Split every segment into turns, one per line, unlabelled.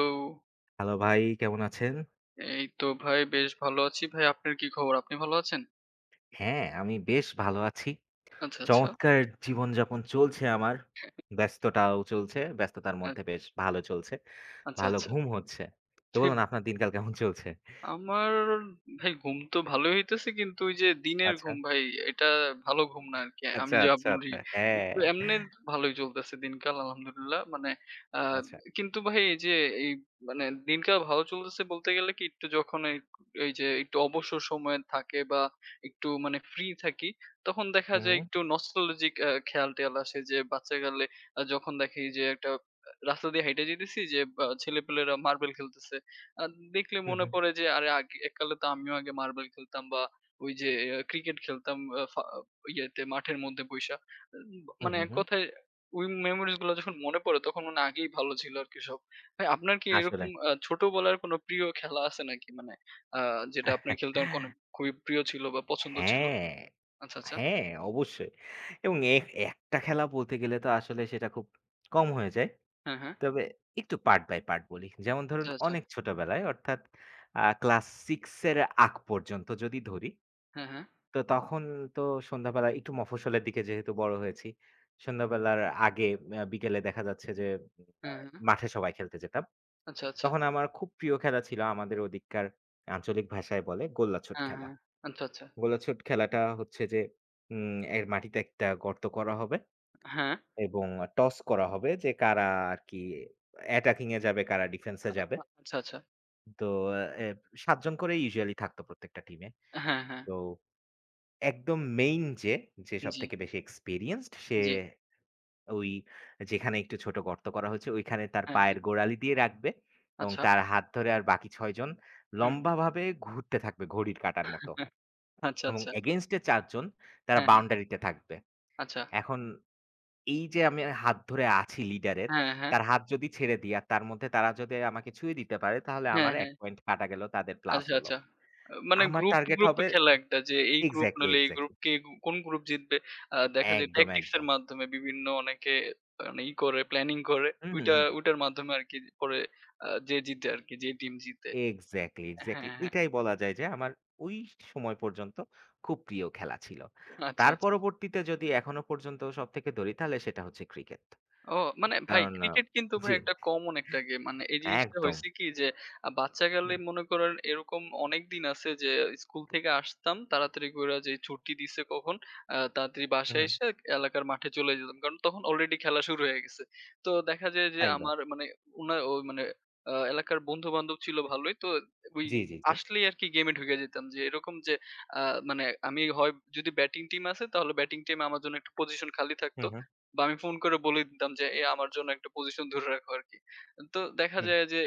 তো
হ্যালো ভাই, কেমন আছেন?
এই তো ভাই বেশ ভালো আছি। ভাই আপনার কি খবর? আপনি ভালো আছেন?
হ্যাঁ, আমি বেশ ভালো আছি।
আচ্ছা, আচ্ছা।
চমৎকার জীবনযাপন চলছে আমার। ব্যস্ততাও চলছে। ব্যস্ততার
আ
মধ্যে বেশ ভালো চলছে।
আচ্ছা,
ভালো
আচ্ছা।
ঘুম হচ্ছে। তো বলুন আপনার দিনকাল কেমন চলছে?
আমার ভাই ঘুম তো ভালোই হইতেছে কিন্তু ওই যে দিনের
আচ্ছা।
ঘুম ভাই এটা ভালো ঘুম না আরকি। আমি
আচ্ছা,
যা
আচ্ছা,
বলি
আচ্ছা। হ্যাঁ।
একটু এমনে ভালোই চলতেছে দিনকাল আলহামদুলিল্লাহ। মানে আ
আচ্ছা।
কিন্তু ভাই এই যে এই মানে দিনকাল ভালো চলতেছে বলতে গেলে কি একটু যখন এই এই যে একটু অবসর সময় থাকে বা একটু মানে ফ্রি থাকি তখন দেখা
হুম,
যায়
হুম,
একটু নস্টালজিক খেয়াল-টেয়াল আসে যে বাচ্চাকালে যখন দেখি যে একটা রাস্তা দিয়ে হাইটা যাইতেছি যে ছেলেপেলেরা মার্বেল খেলতেছে। আ দেখলে
হুম,
মনে
হুম,
পড়ে যে আরে আগে এককালে তো আমিও আগে মার্বেল খেলতাম বা ওই যে ক্রিকেট খেলতাম আ ফা ইয়েতে মাঠের মধ্যে বইসা।
হুম,
মানে
হুম।
এক
হুম।
কথায় ওই মেমোরিজ গুলা যখন মনে পড়ে তখন মনে হয় আগেই ভালো ছিল আরকি সব। ভাই আপনার কি
আসলে।
এরকম ছোটবেলার কোনো প্রিয় খেলা আছে নাকি? মানে আ যেটা আপনার খেলতে কোনো খুবই প্রিয় ছিল বা পছন্দ ছিল?
হ্যাঁ,
আচ্ছা, আচ্ছা।
হ্যাঁ, অবশ্যই। এবং একটা খেলা বলতে গেলে তো আসলে সেটা খুব কম হয়ে যায়।
হ্যাঁ, হ্যাঁ।
তবে একটু পার্ট বাই পার্ট বলি। যেমন ধরুন
আচ্ছা, আচ্ছা।
অনেক ছোটবেলায় অর্থাৎ ক্লাস 6 এর আগ পর্যন্ত যদি ধরি,
হ্যাঁ, হ্যাঁ।
তো তখন তো সন্ধ্যাবেলা একটু মফস্বলের দিকে যেহেতু বড় হয়েছি, সন্ধ্যাবেলার আগে বিকেলে দেখা যাচ্ছে যে আ
হ্যাঁ, হ্যাঁ।
মাঠে সবাই খেলতে যেতাম।
আচ্ছা, আচ্ছা।
তখন আমার খুব প্রিয় খেলা ছিল আমাদের ওদিককার আঞ্চলিক ভাষায় বলে গোল্লাছুট
হ্যাঁ,
খেলা।
হ্যাঁ। আচ্ছা, আচ্ছা।
গোল্লাছুট খেলাটা হচ্ছে যে এর মাটিতে একটা গর্ত করা হবে
হ্যাঁ।
এবং টস করা হবে যে কারা আরকি অ্যাটাকিং এ যাবে, কারা ডিফেন্স
আ
এ যাবে।
আ- আচ্ছা, আচ্ছা।
তো এ ৭ জন করে ইউজুয়ালি থাকতো প্রত্যেকটা টিমে।
হ্যাঁ, হ্যাঁ।
তো একদম মেইন যে,
জি,
সবথেকে বেশি এক্সপেরিয়েন্সড সে
জি।
ওই যেখানে একটু ছোট গর্ত করা হয়েছে ওইখানে তার
হ্যাঁ, হ্যাঁ।
পায়ের গোড়ালি দিয়ে রাখবে এবং
আচ্ছা।
তার হাত ধরে আর বাকি ৬ জন
হুম, হুম।
লম্বাভাবে ঘুরতে থাকবে ঘড়ির কাঁটার মতো
আচ্ছা,
এবং
আচ্ছা।
এগেইনস্ট এ ৪ জন তারা
হ্যাঁ, হ্যাঁ।
বাউন্ডারিতে থাকবে।
আচ্ছা।
এখন এই যে আমি হাত ধরে আছি লিডারের,
হ্যাঁ, হ্যাঁ।
তার হাত যদি ছেড়ে দিই আর তার মধ্যে তারা যদি আমাকে ছুঁয়ে দিতে পারে তাহলে
হ্যাঁ,
আমার ১
হ্যাঁ।
পয়েন্ট কাটা গেল তাদের প্লাস
আচ্ছা,
হলো।
আচ্ছা। আ মানে
আমার
গ্রুপ,
টার্গেট
গ্রুপ
হবে
খেলা একটা যে এই গ্রুপ
এক্সাক্টলি,
নইলে এই গ্রুপ
এক্সাক্টলি।
কে কোন গ্রুপ জিতবে। আ দেখা যায়
একদম,
ট্যাকটিক্স এর
একদম।
মাধ্যমে বিভিন্ন অনেকে মানে ই করে প্ল্যানিং করে।
হুম, হুম,
ওইটা
হুম।
ওইটার মাধ্যমে আরকি পরে যে জিতে আরকি যে টিম জিতে।
এক্সাক্টলি,
হ্যাঁ,
এক্সাক্টলি।
হ্যাঁ।
এটাই বলা যায় যে আমার ওই সময় পর্যন্ত খুব প্রিয় খেলা ছিল।
আচ্ছা,
তার
আচ্ছা।
পরবর্তীতে যদি এখনো পর্যন্ত সবথেকে ধরি তাহলে সেটা হচ্ছে ক্রিকেট।
ও মানে ভাই
কারণ আ
ক্রিকেট কিন্তু ভাই
জি,
একটা কমন একটা গেম। মানে এই জিনিসটা
একদম।
হইছে কি যে বাচ্চাকালে
হুম,
মনে করেন এরকম অনেক দিন আছে যে স্কুল থেকে আসতাম তাড়াতাড়ি কইরা যে ছুটি দিছে কখন তাড়াতাড়ি
হুম,
বাসায়
হুম,
এসে এলাকার মাঠে চলে যেতাম। কারণ তখন অলরেডি খেলা শুরু হয়ে গেছে। তো দেখা যায় যে
একদম।
আমার মানে উনা ও মানে আ এলাকার বন্ধু-বান্ধব ছিল ভালোই। তো ওই
জি, জি, জি।
আসলেই আরকি গেমে ঢুকে যেতাম। যে এরকম যে আ মানে আমি হয় যদি ব্যাটিং টিম আছে তাহলে ব্যাটিং টিমে আমার জন্য একটা পজিশন খালি থাকতো।
হুম, হুম,
বা আমি ফোন করে বলে দিতাম যে, "এ আমার জন্য একটা পজিশন ধরে রাখো" আরকি। তো দেখা
হুম।
যায় যে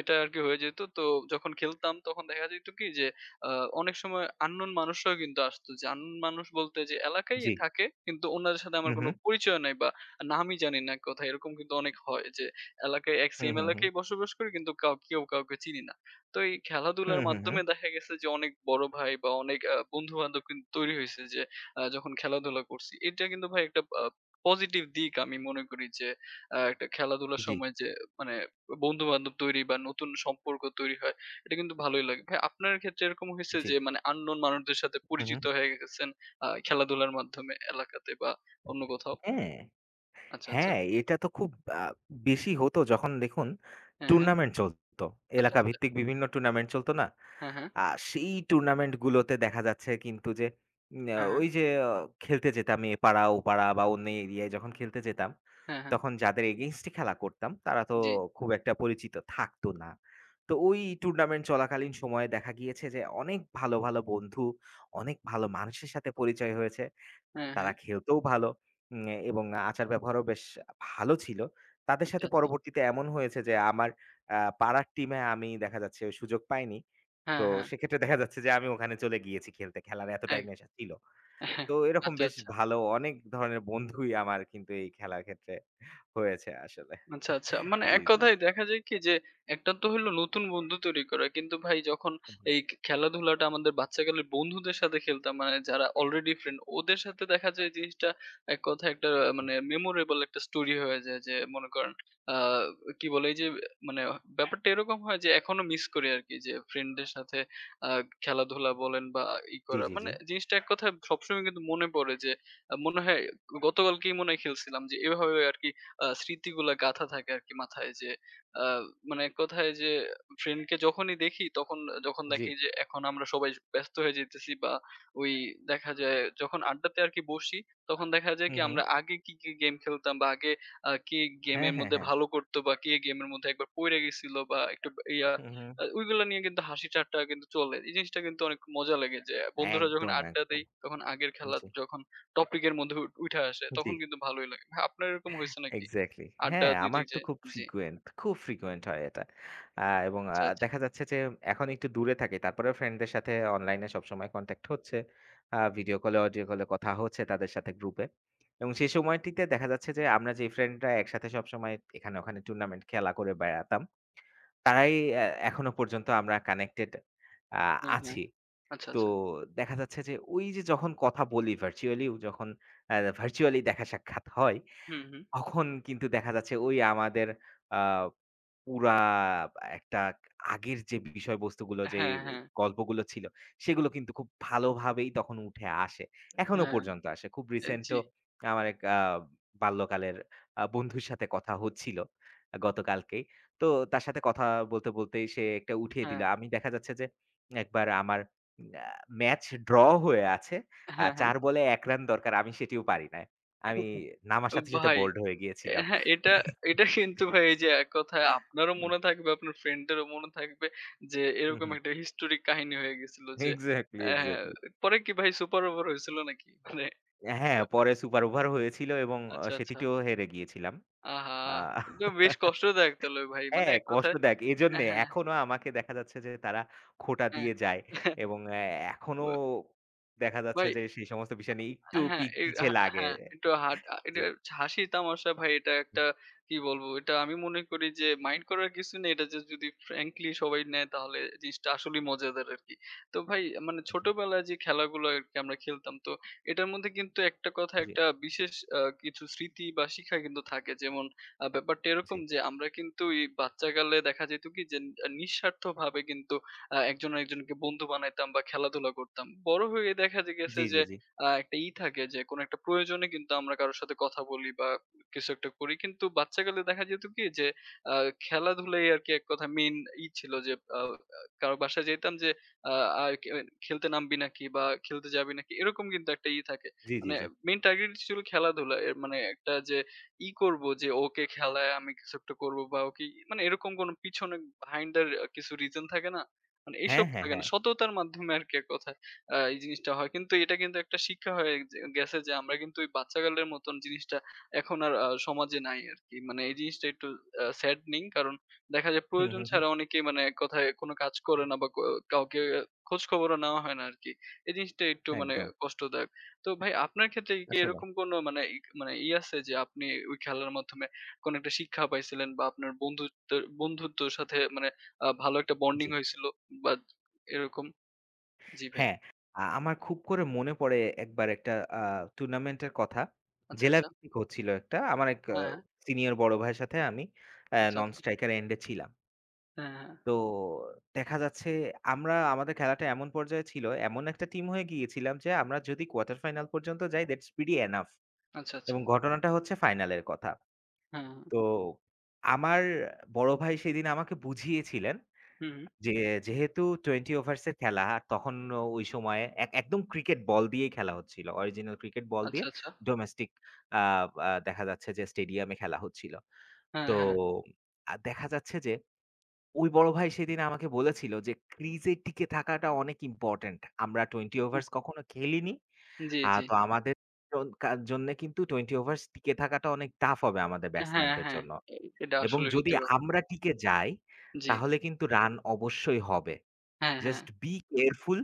এটা আরকি হয়ে যেত। তো যখন খেলতাম তখন দেখা যেত কি যে আ অনেক সময় unknown মানুষরাও কিন্তু আসতো। যে unknown মানুষ বলতে যে এলাকায়
জি।
থাকে কিন্তু উনাদের সাথে আমার
হুম,
কোনো
হুম,
পরিচয় নাই বা নামই জানি না এক কথায়। এরকম কিন্তু অনেক হয় যে এলাকায় এক
হুম,
সেম
হুম, হুম।
এলাকায় বসবাস করি কিন্তু কাউ কেউ কাউকে চিনি না। তো এই
হুম,
খেলাধুলার
হুম, হুম।
মাধ্যমে দেখা গেছে যে অনেক বড় ভাই বা অনেক বন্ধু-বান্ধব কিন্তু তৈরি হইছে যে যখন খেলাধুলা করছি। এটা কিন্তু ভাই একটা পজিটিভ দিক আমি মনে করি যে একটা খেলাধুলার
জি,
সময় যে মানে বন্ধু-বান্ধব তৈরি বা নতুন সম্পর্ক তৈরি হয়, এটা কিন্তু ভালোই লাগে। ভাই আপনার ক্ষেত্রে এরকম হইছে
জি।
যে মানে unknown মানুষদের সাথে
হুম, হুম।
পরিচিত হয়ে গেছেন খেলাধুলার মাধ্যমে এলাকাতে বা অন্য কোথাও?
হ্যাঁ।
আচ্ছা, আচ্ছা।
হ্যাঁ, এটা তো খুব আ বেশি হতো যখন দেখুন
হ্যাঁ, হ্যাঁ।
টুর্নামেন্ট চলতো।
আচ্ছা,
এলাকা
আচ্ছা।
ভিত্তিক বিভিন্ন টুর্নামেন্ট চলতো না?
হ্যাঁ, হ্যাঁ।
আ সেই টুর্নামেন্ট গুলোতে দেখা যাচ্ছে কিন্তু যে উম আ
হ্যাঁ, হ্যাঁ।
ওই যে অ খেলতে যেতাম এ পাড়া ও পাড়া বা অন্য এরিয়ায় যখন খেলতে যেতাম,
হ্যাঁ, হ্যাঁ।
তখন যাদের against এ খেলা করতাম তারা তো
জি।
খুব একটা পরিচিত থাকতো না। তো ওই টুর্নামেন্ট চলাকালীন সময়ে দেখা গিয়েছে যে অনেক ভালো, ভালো বন্ধু, অনেক ভালো মানুষের সাথে পরিচয় হয়েছে।
হ্যাঁ,
তারা
হ্যাঁ।
খেলতেও ভালো উম এবং আচার-ব্যবহারও বেশ ভালো ছিল। তাদের
আচ্ছা,
সাথে
আচ্ছা।
পরবর্তীতে এমন হয়েছে যে আমার আ পাড়ার টিমে আমি দেখা যাচ্ছে সুযোগ পাইনি।
হ্যাঁ,
তো
হ্যাঁ।
সেক্ষেত্রে দেখা যাচ্ছে যে আমি ওখানে চলে গিয়েছি খেলতে। খেলার এতটাই
এক
নেশা ছিল।
হ্যাঁ।
তো এরকম
আচ্ছা,
বেশ
আচ্ছা।
ভালো অনেক ধরনের বন্ধুই আমার কিন্তু এই খেলার ক্ষেত্রে হয়েছে আসলে।
আচ্ছা, আচ্ছা। মানে
জি,
এক
জি।
কথায় দেখা যায় কি যে একটা তো হলো নতুন বন্ধু তৈরি করা। কিন্তু ভাই যখন
হু, হু,
এই খেলাধুলাটা আমাদের বাচ্চাকালের বন্ধুদের সাথে খেলতাম মানে যারা অলরেডি ফ্রেন্ড ওদের সাথে দেখা যায় জিনিসটা এক কথায় একটা আহ,
হু।
মানে মেমোরেবল একটা স্টোরি হয়ে যায় যে মনে করেন আ কি বলে এই যে মানে ব্যাপারটা এরকম হয় যে এখনো মিস করি আরকি যে ফ্রেন্ডদের সাথে আ খেলাধুলা বলেন বা ই
জি,
করা
জি,
মানে
জি।
জিনিসটা এক কথায় সবসময় কিন্তু মনে পড়ে যে মনে হয় গতকালকেই মনে হয় খেলছিলাম যে এভাবে আরকি স্মৃতিগুলা গাঁথা থাকে আরকি মাথায় যে আ মানে এক কথায় যে ফ্রেন্ডকে যখনই দেখি তখন যখন
জি।
দেখি যে এখন আমরা সবাই ব্যস্ত হয়ে যাইতেছি বা ওই দেখা যায় যখন আড্ডাতে আরকি বসি তখন দেখা যায়
হু,
কি
হু।
আমরা আগে কি, কি গেম খেলতাম বা আগে কে
হ্যাঁ,
গেমের
হ্যাঁ,
মধ্যে
হ্যাঁ।
ভালো করতো বা কে গেমের মধ্যে একবার পইড়া গেছিল বা একটু ইয়া
হু, হু।
আ ওইগুলা নিয়ে কিন্তু হাসি ঠাট্টা কিন্তু চলে। এই জিনিসটা কিন্তু অনেক মজা লাগে যে বন্ধুরা যখন
একদম,
আড্ডা
একদম।
দেই তখন আগের খেলা
জি,
যখন টপিক এর মধ্যে উঠা আসে
জি।
তখন কিন্তু ভালোই লাগে। ভাই আপনার এরকম হইছে নাকি?
এক্সাক্টলি।
আড্ডা
হ্যাঁ, আমার
দিলেই যে
তো খুব
জি।
frequent, খুব frequent হয় এটা। এবং
আচ্ছা, আচ্ছা।
দেখা যাচ্ছে যে এখন একটু দূরে থাকি। তারপরেও ফ্রেন্ডদের সাথে অনলাইনে সবসময় কনট্যাক্ট হচ্ছে। ভিডিও কলে, অডিও কলে কথা হচ্ছে তাদের সাথে গ্রুপে। এবং সেই সময়টিতে দেখা যাচ্ছে যে আমরা যে ফ্রেন্ডরা একসাথে সবসময় এখানে ওখানে টুর্নামেন্ট খেলা করে বেড়াতাম, তারাই এ এখনো পর্যন্ত আমরা কানেক্টেড আ
হ্যাঁ, হ্যাঁ।
আছি।
আচ্ছা,
তো
আচ্ছা।
দেখা যাচ্ছে যে ওই যে যখন কথা বলি ভার্চুয়ালিও যখন আ ভার্চুয়ালি দেখা সাক্ষাৎ হয়
হুম, হুম।
তখন কিন্তু দেখা যাচ্ছে ওই আমাদের আ পুরা একটা আগের যে বিষয়বস্তুগুলো যে
হ্যাঁ, হ্যাঁ,
গল্পগুলো ছিল, সেগুলো কিন্তু খুব ভালোভাবেই তখন উঠে আসে। এখনো
হ্যাঁ।
পর্যন্ত আসে। খুব
এ
রিসেন্ট
জি।
ও আমার এক বাল্যকালের বন্ধুর সাথে কথা হচ্ছিল গতকালকেই। তো তার সাথে কথা বলতেই সে একটা উঠিয়ে দিল।
হ্যাঁ,
আমি দেখা যাচ্ছে যে একবার আমার আ ম্যাচ ড্র হয়ে আছে।
হ্যাঁ, হ্যাঁ।
৪ বলে ১ রান দরকার। আমি সেটিও পারি নাই। আমি নামার সাথে সাথে
ভাই,
বোল্ড হয়ে
এ
গিয়েছিলাম।
হ্যাঁ, এটা এটা কিন্তু ভাই এই যে এক কথায় আপনারও
হুম,
মনে থাকবে, আপনার ফ্রেন্ডেরও মনে থাকবে যে
হুম,
এরকম
হুম।
একটা হিস্টোরিক কাহিনী হয়ে গেছিল যে
এক্সাক্টলি,
অ্যা হ্যাঁ,
এক্সাক্টলি।
পরে কি ভাই সুপার ওভার হয়েছিল নাকি? মানে
হ্যাঁ, পরে সুপার ওভার হয়েছিল এবং
আচ্ছা, আচ্ছা।
সেটিতেও হেরে গিয়েছিলাম।
আহা!
আ
তো বেশ কষ্টদায়ক তাহলে ভাই। মানে
হ্যাঁ,
এক কথায়
কষ্টদায়ক। এজন্যে
হ্যাঁ,
এখনো আমাকে দেখা যাচ্ছে যে তারা খোঁটা
হ্যাঁ।
দিয়ে যায় এবং এখনো দেখা যাচ্ছে
ভাই
যে সেই সমস্ত বিষয় নিয়ে একটু
হ্যাঁ,
পি
এই
পিছে লাগে।
হ্যাঁ, একটু হাট আ
জি।
এটা হচ্ছে হাসির তামাশা ভাই এটা
হুম,
একটা কি বলবো? এটা আমি মনে করি যে মাইন্ড করার কিছু নেই। এটা যে যদি ফ্র্যাঙ্কলি সবাই নেয় তাহলে জিনিসটা আসলেই মজাদার আরকি। তো ভাই মানে
হুম, হুম।
ছোটবেলায় যে খেলাগুলো আরকি আমরা খেলতাম তো এটার মধ্যে কিন্তু একটা কথা
জি, জি।
একটা বিশেষ কিছু স্মৃতি বা শিক্ষা কিন্তু থাকে। যেমন ব্যাপারটা
জি,
এরকম যে আমরা কিন্তু এই বাচ্চাকালে দেখা যেত কি যে নিঃস্বার্থভাবে কিন্তু একজন আরেকজনকে বন্ধু বানাইতাম বা খেলাধুলা করতাম। বড় হয়ে দেখা যে গেছে
জি,
যে
জি।
একটা ই থাকে যে কোনো একটা প্রয়োজনে কিন্তু আমরা কারো সাথে কথা বলি বা কিছু একটা করি। কিন্তু বাচ্চাকালে দেখা যেত কি যে আ খেলাধুলাই আরকি এক কথা মেইন ই ছিল যে কারো বাসায় যেতাম যে আ আ খেলতে নামবি নাকি বা খেলতে যাবি নাকি এরকম কিন্তু একটা ই থাকে।
জি, জি,
মানে
জি।
মেইন টার্গেট ছিল খেলাধুলা। এর মানে একটা যে ই করব যে ওকে খেলায় আমি কিছু একটা করব বা ওকে ই- মানে এরকম কোনো পিছনে behind the কিছু রিজন থাকে না? মানে
হ্যাঁ,
এইসব
হ্যাঁ,
থাকে না।
হ্যাঁ।
সততার মাধ্যমে আরকি এক কথায়। এই জিনিসটা হয়। কিন্তু এটা কিন্তু একটা শিক্ষা হয়ে যে গেছে যে আমরা কিন্তু ওই বাচ্চাকালের মতন জিনিসটা এখন আর সমাজে নাই আরকি। মানে এই জিনিসটা একটু saddening কারণ দেখা যায়
হুম,
প্রয়োজন
হুম, হুম।
ছাড়া অনেকেই মানে এক কথায় কোনো কাজ করে না বা কাউকে খোঁজ খবরও নেওয়া হয় না আরকি। এই জিনিসটা একটু মানে
একদম।
কষ্টদায়ক। তো ভাই আপনার ক্ষেত্রে কি
আসলে।
এরকম কোনো মানে ই মানে ই আছে যে আপনি ওই খেলার মাধ্যমে কোনো একটা শিক্ষা পাইছিলেন বা আপনার বন্ধুত্বের বন্ধুত্বর সাথে মানে ভালো একটা বন্ডিং
জি।
হয়েছিল বা এরকম? জি ভাই।
হ্যাঁ, আমার খুব করে মনে পড়ে একবার একটা আ টুর্নামেন্টের কথা।
আচ্ছা, আচ্ছা।
জেলাভিত্তিক হচ্ছিল একটা। আমার এক
হ্যাঁ,
সিনিয়র বড় ভাইয়ের সাথে আমি
আচ্ছা,
নন
আচ্ছা।
স্ট্রাইকার এন্ড এ ছিলাম।
হ্যাঁ, হ্যাঁ।
তো দেখা যাচ্ছে আমরা আমাদের খেলাটা এমন পর্যায়ে ছিল, এমন একটা টিম হয়ে গিয়েছিলাম যে আমরা যদি কোয়ার্টার ফাইনাল পর্যন্ত যাই that's pretty enough
আচ্ছা, আচ্ছা।
এবং ঘটনাটা হচ্ছে ফাইনালের কথা।
হ্যাঁ,
তো আমার বড় ভাই সেদিন আমাকে বুঝিয়েছিলেন
হুম।
যে যেহেতু ২০ ওভার্স এর খেলা আর তখন ওই সময়ে একদম ক্রিকেট বল দিয়েই খেলা হচ্ছিল। অরিজিনাল ক্রিকেট বল
আচ্ছা,
দিয়ে
আচ্ছা।
ডোমেস্টিক আ আ দেখা যাচ্ছে যে স্টেডিয়ামে খেলা হচ্ছিল।
হ্যাঁ,
তো
হ্যাঁ।
আ দেখা যাচ্ছে যে ওই বড় ভাই সেদিন আমাকে বলেছিল যে, "ক্রিজে টিকে থাকাটা অনেক ইম্পোর্টেন্ট। আমরা ২০
হুম,
ওভার্স কখনো খেলিনি।
জি, জি।
তো আমাদের জন কার জন্যে কিন্তু ২০ ওভার্স টিকে থাকাটা অনেক টাফ হবে আমাদের
হ্যাঁ,
ব্যাটসম্যানদের
হ্যাঁ।
জন্য।
এ এটা
এবং
আসলে
যদি
সত্যি কথা।
আমরা টিকে যাই
জি।
তাহলে কিন্তু রান অবশ্যই হবে।"
হ্যাঁ, হ্যাঁ।
Just be careful.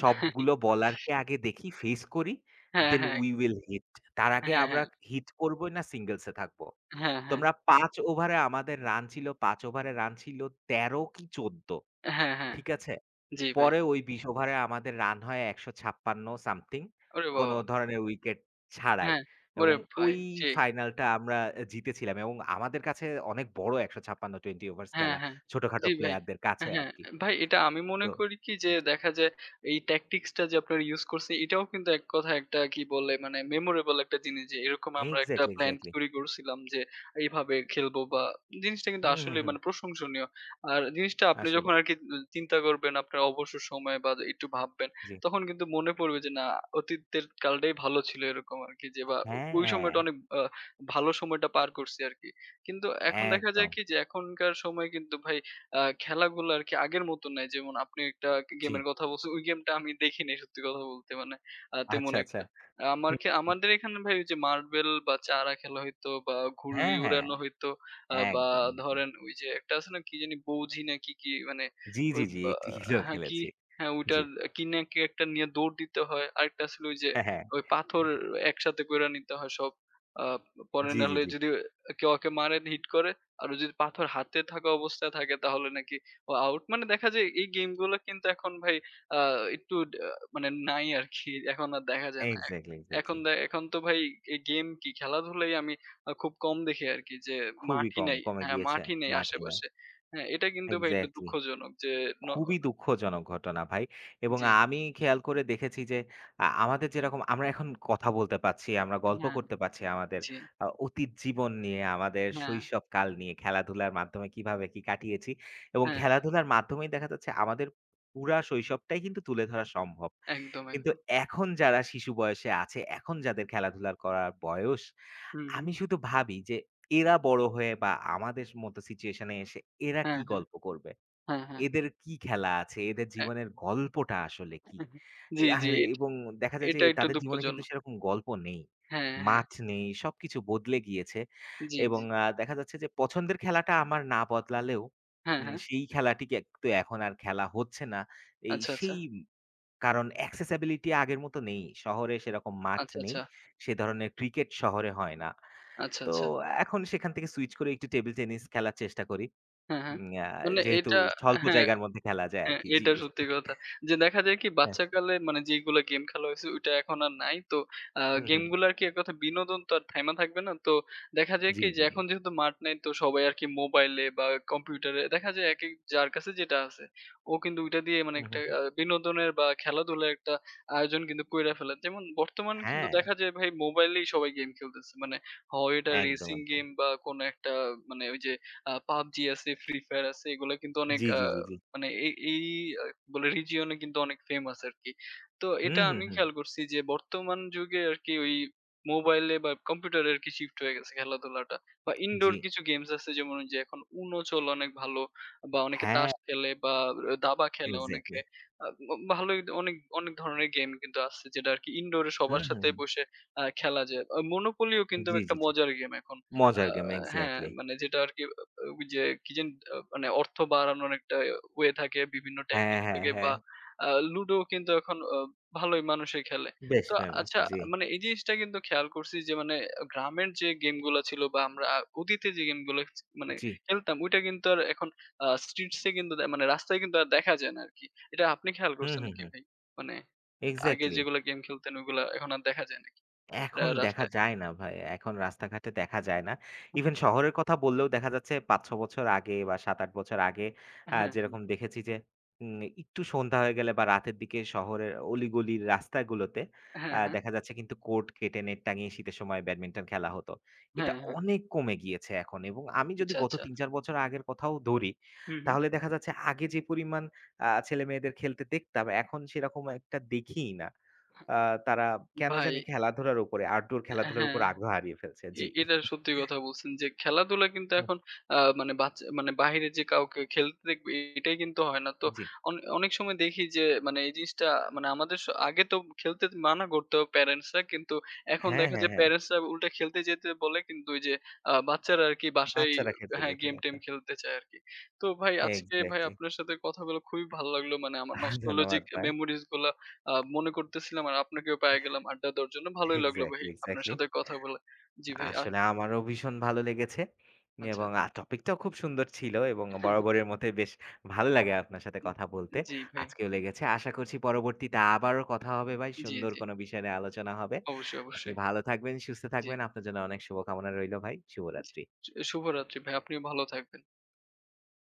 সবগুলো বলারকে আগে দেখি, ফেস করি।
হ্যাঁ,
দেন
হ্যাঁ।
We will hit. তার আগে
হ্যাঁ,
আমরা
হ্যাঁ।
হিট করবই না, সিঙ্গলসে থাকব।
হ্যাঁ, হ্যাঁ।
তোমরা ৫ ওভারে আমাদের রান ছিল ৫ ওভারে রান ছিল ১৩ কি ১৪,
হ্যাঁ, হ্যাঁ।
ঠিক আছে?
জি ভাই।
পরে ওই ২০ ওভারে আমাদের রান হয় ১৫৬ সামথিং।
ওরে
কোন
বাবা!
ধরনের উইকেট ছাড়াই।
হ্যাঁ। ওরে
এবং
ভাই!
ওই
সেই।
ফাইনালটা আমরা জিতেছিলাম এবং আমাদের কাছে অনেক বড় ১৫৬ ২০ ওভার্স
হ্যাঁ,
খেলা
হ্যাঁ।
ছোটখাটো
জি ভাই।
প্লেয়ারদের কাছে
হ্যাঁ,
আরকি।
ভাই এটা আমি মনে
তো
করি কি যে
জি।
দেখা যায় এই tactics টা যে আপনারা ইউস করছে এটাও কিন্তু এক কথায় একটা কি বলে মানে memorable একটা জিনিস যে এরকম আমরা একটা
এক্সাক্টলি,
প্ল্যান
এক্সাক্টলি।
তৈরি করছিলাম যে এইভাবে খেলবো বা জিনিসটা কিন্তু
হুম, হুম,
আসলে
হুম।
মানে প্রশংসনীয়। আর জিনিসটা আপনি যখন
আসলে।
আরকি চিন্তা করবেন আপনার অবসর সময়ে বা একটু ভাববেন
জি।
তখন কিন্তু মনে পড়বে যে না অতীতের কালটাই ভালো ছিল এরকম আরকি যে বা
হ্যাঁ,
ওই
হ্যাঁ।
সময়টা অনেক ভালো সময়টা পার করছি আরকি। কিন্তু এখন দেখা যায়
একদম।
কি যে এখনকার সময়ে কিন্তু ভাই খেলাগুলো আরকি আগের মত নাই। যেমন আপনি একটা
জি।
গেমের কথা বলছেন, ওই গেমটা আমি দেখিনি সত্যি কথা বলতে মানে তেমন
আচ্ছা, আচ্ছা।
একটা। আমার
হুম,
খে
হুম।
আমাদের এখানে ভাই ওই যে মার্বেল বা চারা খেলা হইতো বা ঘুড়ি
হ্যাঁ, হ্যাঁ।
উড়ানো হইতো বা
একদম।
ধরেন ওই যে একটা আছে না কি জানি বউঝি না কি, কি মানে
জি,
ওই
জি, জি।
বা
এগুলো
হ্যাঁ কি
খেলেছি।
হ্যাঁ
জি।
ওইটার কি না কি একটা নিয়ে দৌড় দিতে হয়। আরেকটা ছিল ওই যে
হ্যাঁ, হ্যাঁ।
ওই পাথর একসাথে কইরা নিতে হয় সব। আ পরে
জি,
না
জি,
হলে
জি।
যদি কেউ ওকে মারেন, হিট করে। আরো যদি পাথর হাতে থাকা অবস্থায় থাকে তাহলে নাকি ও আউট। মানে দেখা যায় এই গেমগুলো কিন্তু এখন ভাই আ একটু ডা মানে নাই আরকি। এখন আর দেখা যায় না। এখ
এক্সাক্টলি,
এখন
এক্সাক্টলি।
দে এখন তো ভাই এই গেম কি খেলাধুলাই আমি খুব কম দেখি আরকি যে
খুবই
মাঠই
কম
নাই।
কমে
হ্যাঁ,
গিয়েছে
মাঠই নেই
মাঠে নয়।
আশেপাশে। হ্যাঁ, এটা কিন্তু ভাই একটু
এক্সাক্টলি।
দুঃখজনক যে ন
খুবই দুঃখজনক ঘটনা ভাই। এবং
জি।
আমি খেয়াল করে দেখেছি যে আমাদের যেরকম আমরা এখন কথা বলতে পারছি, আমরা গল্প
হ্যাঁ,
করতে পারছি আমাদের
জি।
আ অতীত জীবন নিয়ে, আমাদের
হ্যাঁ,
শৈশবকাল নিয়ে, খেলাধুলার মাধ্যমে কিভাবে কি কাটিয়েছি এবং
হ্যাঁ,
খেলাধুলার মাধ্যমেই দেখা যাচ্ছে আমাদের পুরা শৈশবটাই কিন্তু তুলে ধরা সম্ভব।
একদম,
কিন্তু
একদম।
এখন যারা শিশু বয়সে আছে, এখন যাদের খেলাধুলা করার বয়স,
হুম, হুম।
আমি শুধু ভাবি যে এরা বড় হয়ে বা আমাদের মতো সিচুয়েশন এ এসে এরা
হ্যাঁ,
কি
হ্যাঁ,
গল্প করবে?
হ্যাঁ, হ্যাঁ।
এদের কি খেলা আছে? এদের
অ্যা
জীবনের গল্পটা আসলে কি? এ
জি,
আহ
জি। এট
এবং দেখা যায় যে
এটা একটু
তাদের জীবনে কিন্তু
দুঃখজনক।
সেরকম গল্প নেই।
হ্যাঁ, হ্যাঁ।
মাঠ নেই, সবকিছু বদলে গিয়েছে।
জি, জি।
এবং দেখা যাচ্ছে যে পছন্দের খেলাটা আমার না বদলালেও
হ্যাঁ, হ্যাঁ।
সেই খেলাটি কে তো এখন আর খেলা হচ্ছে না। এই
আচ্ছা, আচ্ছা।
সেই কারণ accessibility আগের মতো নেই। শহরে সেরকম মাঠ
আচ্ছা,
নেই।
আচ্ছা।
সে ধরনের ক্রিকেট শহরে হয় না।
আচ্ছা,
তো
আচ্ছা।
এখন সেখান থেকে সুইচ করে একটু টেবল টেনিস খেলার চেষ্টা করি।
হ্যাঁ, হ্যাঁ।
উম আ
মানে
যেহেতু
এটা
স্বল্প
হ্যাঁ।
জায়গার মধ্যে খেলা যায়
হ্যাঁ,
আরকি। জি।
এটা সত্যি কথা। যে দেখা যায় কি
হ্যাঁ।
বাচ্চাকালে মানে যেইগুলা গেম খেলা হইছে ওইটা এখন আর নাই। তো
হুম, হুম।
গেমগুলো আরকি এক কথা বিনোদন তো আর থাইমা থাকবে না। তো দেখা যায়
জি,
কি যে
জি, জি।
এখন যেহেতু মাঠ নাই তো সবাই আরকি মোবাইলে বা কম্পিউটারে দেখা যায় একেক যার কাছে যেটা আছে ও কিন্তু ওইটা দিয়ে মানে
হুম,
একটা
হুম, হুম।
বিনোদনের বা খেলাধুলার একটা আয়োজন কিন্তু কইরা ফেলে। যেমন বর্তমান কিন্তু
হ্যাঁ,
দেখা যায় ভাই মোবাইলেই সবাই গেম খেলতেছে। মানে হয় এটা
একদম,
রেসিং
একদম।
গেম বা কোনো একটা মানে ওই যে PUBG আছে, Free Fire আছে এগুলা কিন্তু অনেক
জি, জি, জি, জি।
মানে এই এই আ বলে রিজিয়ন এ কিন্তু অনেক ফেমাস আরকি। তো
হুম,
এটা
হুম,
আমি
হুম।
খেয়াল করছি যে বর্তমান যুগে আরকি ওই মোবাইলে বা কম্পিউটারে আরকি শিফট হয়ে গেছে খেলাধুলাটা। বা
জি।
ইনডোর কিছু গেমস আছে যেমন ওই যে এখন UNO চলে অনেক ভালো বা অনেকে তাস
হ্যাঁ,
খেলে বা দাবা খেলে অনেকে।
এক্সাক্টলি।
আ ব ভালোই অনেক, অনেক ধরনের গেম কিন্তু আছে যেটা আরকি ইনডোরে সবার
হুম, হুম,
সাথে
হুম।
বসে খেলা যায়। মনোপলিও কিন্তু
জি,
একটা
জি, জি।
মজার গেম এখন। আ
মজার গেম
হ্যাঁ,
এক্সাক্টলি।
মানে যেটা আরকি ওই যে কি জানি মানে অর্থ বাড়ানোর একটা হয়ে থাকে, বিভিন্ন
হ্যাঁ,
ট্যাকটিক
হ্যাঁ,
থাকে বা
হ্যাঁ।
আ লুডো কিন্তু এখন ভালোই মানুষে খেলে।
বেশ
তো
ফেমাস।
আচ্ছা
জি,
মানে এই জিনিসটা কিন্তু খেয়াল করছি যে মানে গ্রামের যে গেমগুলা ছিল বা আমরা অতীতে যে গেমগুলো মানে
জি।
খেলতাম ওইটা কিন্তু আর এখন স্ট্রিটস এ কিন্তু মানে রাস্তায় কিন্তু আর দেখা যায় না আরকি। এটা আপনি খেয়াল
হুম,
করছেন
হুম,
নাকি
হুম।
ভাই? মানে আগে
এক্সাক্টলি।
যেগুলা গেম খেলতেন ওগুলা এখন আর দেখা যায় নাকি
এখন দেখা
রাস্তায়?
যায় না ভাই। এখন রাস্তাঘাটে দেখা যায় না। ইভেন শহরের কথা বললেও দেখা যাচ্ছে ৫-৬ বছর আগে বা ৭-৮ বছর আগে
হ্যাঁ, হ্যাঁ,
যেরকম দেখেছি যে একটু সন্ধ্যা হয়ে গেলে বা রাতের দিকে শহরের অলিগলির রাস্তাগুলোতে
হ্যাঁ, হ্যাঁ,
দেখা যাচ্ছে কিন্তু কোর্ট কেটে নেট টাঙিয়ে শীতের সময় ব্যাডমিন্টন খেলা হতো। এটা
হ্যাঁ, হ্যাঁ,
অনেক কমে গিয়েছে এখন এবং আমি যদি
আচ্ছা,
গত
আচ্ছা।
৩-৪ বছর আগের কথাও ধরি,
হুম, হুম।
তাহলে দেখা যাচ্ছে আগে যে পরিমাণ ছেলেমেয়েদের খেলতে দেখতাম এখন সেরকম একটা দেখিই না। আ তারা কেন
ভাই,
জানি খেলাধুলার উপরে আউটডোর খেলাধুলার
হ্যাঁ।
উপর আগ্রহ হারিয়ে ফেলছে। জি।
এটা সত্যি কথা বলছেন যে খেলাধুলা কিন্তু
হুম,
এখন মানে বাচ্চা মানে বাহিরে যে কাউকে খেলতে দেখবে এটাই কিন্তু হয় না। তো
জি।
অনেক সময় দেখি যে মানে এই জিনিসটা মানে আমাদের স আগে তো খেলতে মানা করতো প্যারেন্টস রা। কিন্তু এখন
হ্যাঁ,
দেখা
হ্যাঁ,
যায়
হ্যাঁ।
প্যারেন্টস রা উল্টা খেলতে যেতে বলে কিন্তু ওই যে বাচ্চারা আরকি বাসায়
বাচ্চারা খেলতে
হ্যাঁ,
যেতে
গেম-টেম
চাচ্ছে।
খেলতে চায় আরকি। তো ভাই আজকে ভাই
এক্সাক্টলি।
আপনার সাথে কথা বলে খুবই ভালো লাগলো। মানে আমার
আহ ধন্যবাদ
নস্টালজিক
ভাই।
মেমোরিজ গুলা মনে করতেছিলাম আর আপনাকেও পেয়ে গেলাম আড্ডা দেওয়ার জন্য। ভালোই লাগলো ভাই
এক্সাক্টলি,
আপনার
এক্সাক্টলি।
সাথে কথা বলে। জি ভাই। আ
আসলে আমারও ভীষণ ভালো লেগেছে
আচ্ছা।
এবং টপিকটাও খুব সুন্দর ছিল এবং বরাবরের মতোই বেশ ভালো লাগে আপনার সাথে কথা বলতে।
জি ভাই।
আজকেও লেগেছে। আশা করছি পরবর্তীতে আবারও কথা হবে ভাই।
জি,
সুন্দর
জি।
কোনো বিষয় নিয়ে আলোচনা হবে।
অবশ্যই,
আপনি
অবশ্যই।
ভালো থাকবেন, সুস্থ
জি,
থাকবেন। আপনার জন্য অনেক শুভকামনা রইলো ভাই।
জি।
শুভরাত্রি।
শুভরাত্রি ভাই। আপনিও ভালো থাকবেন।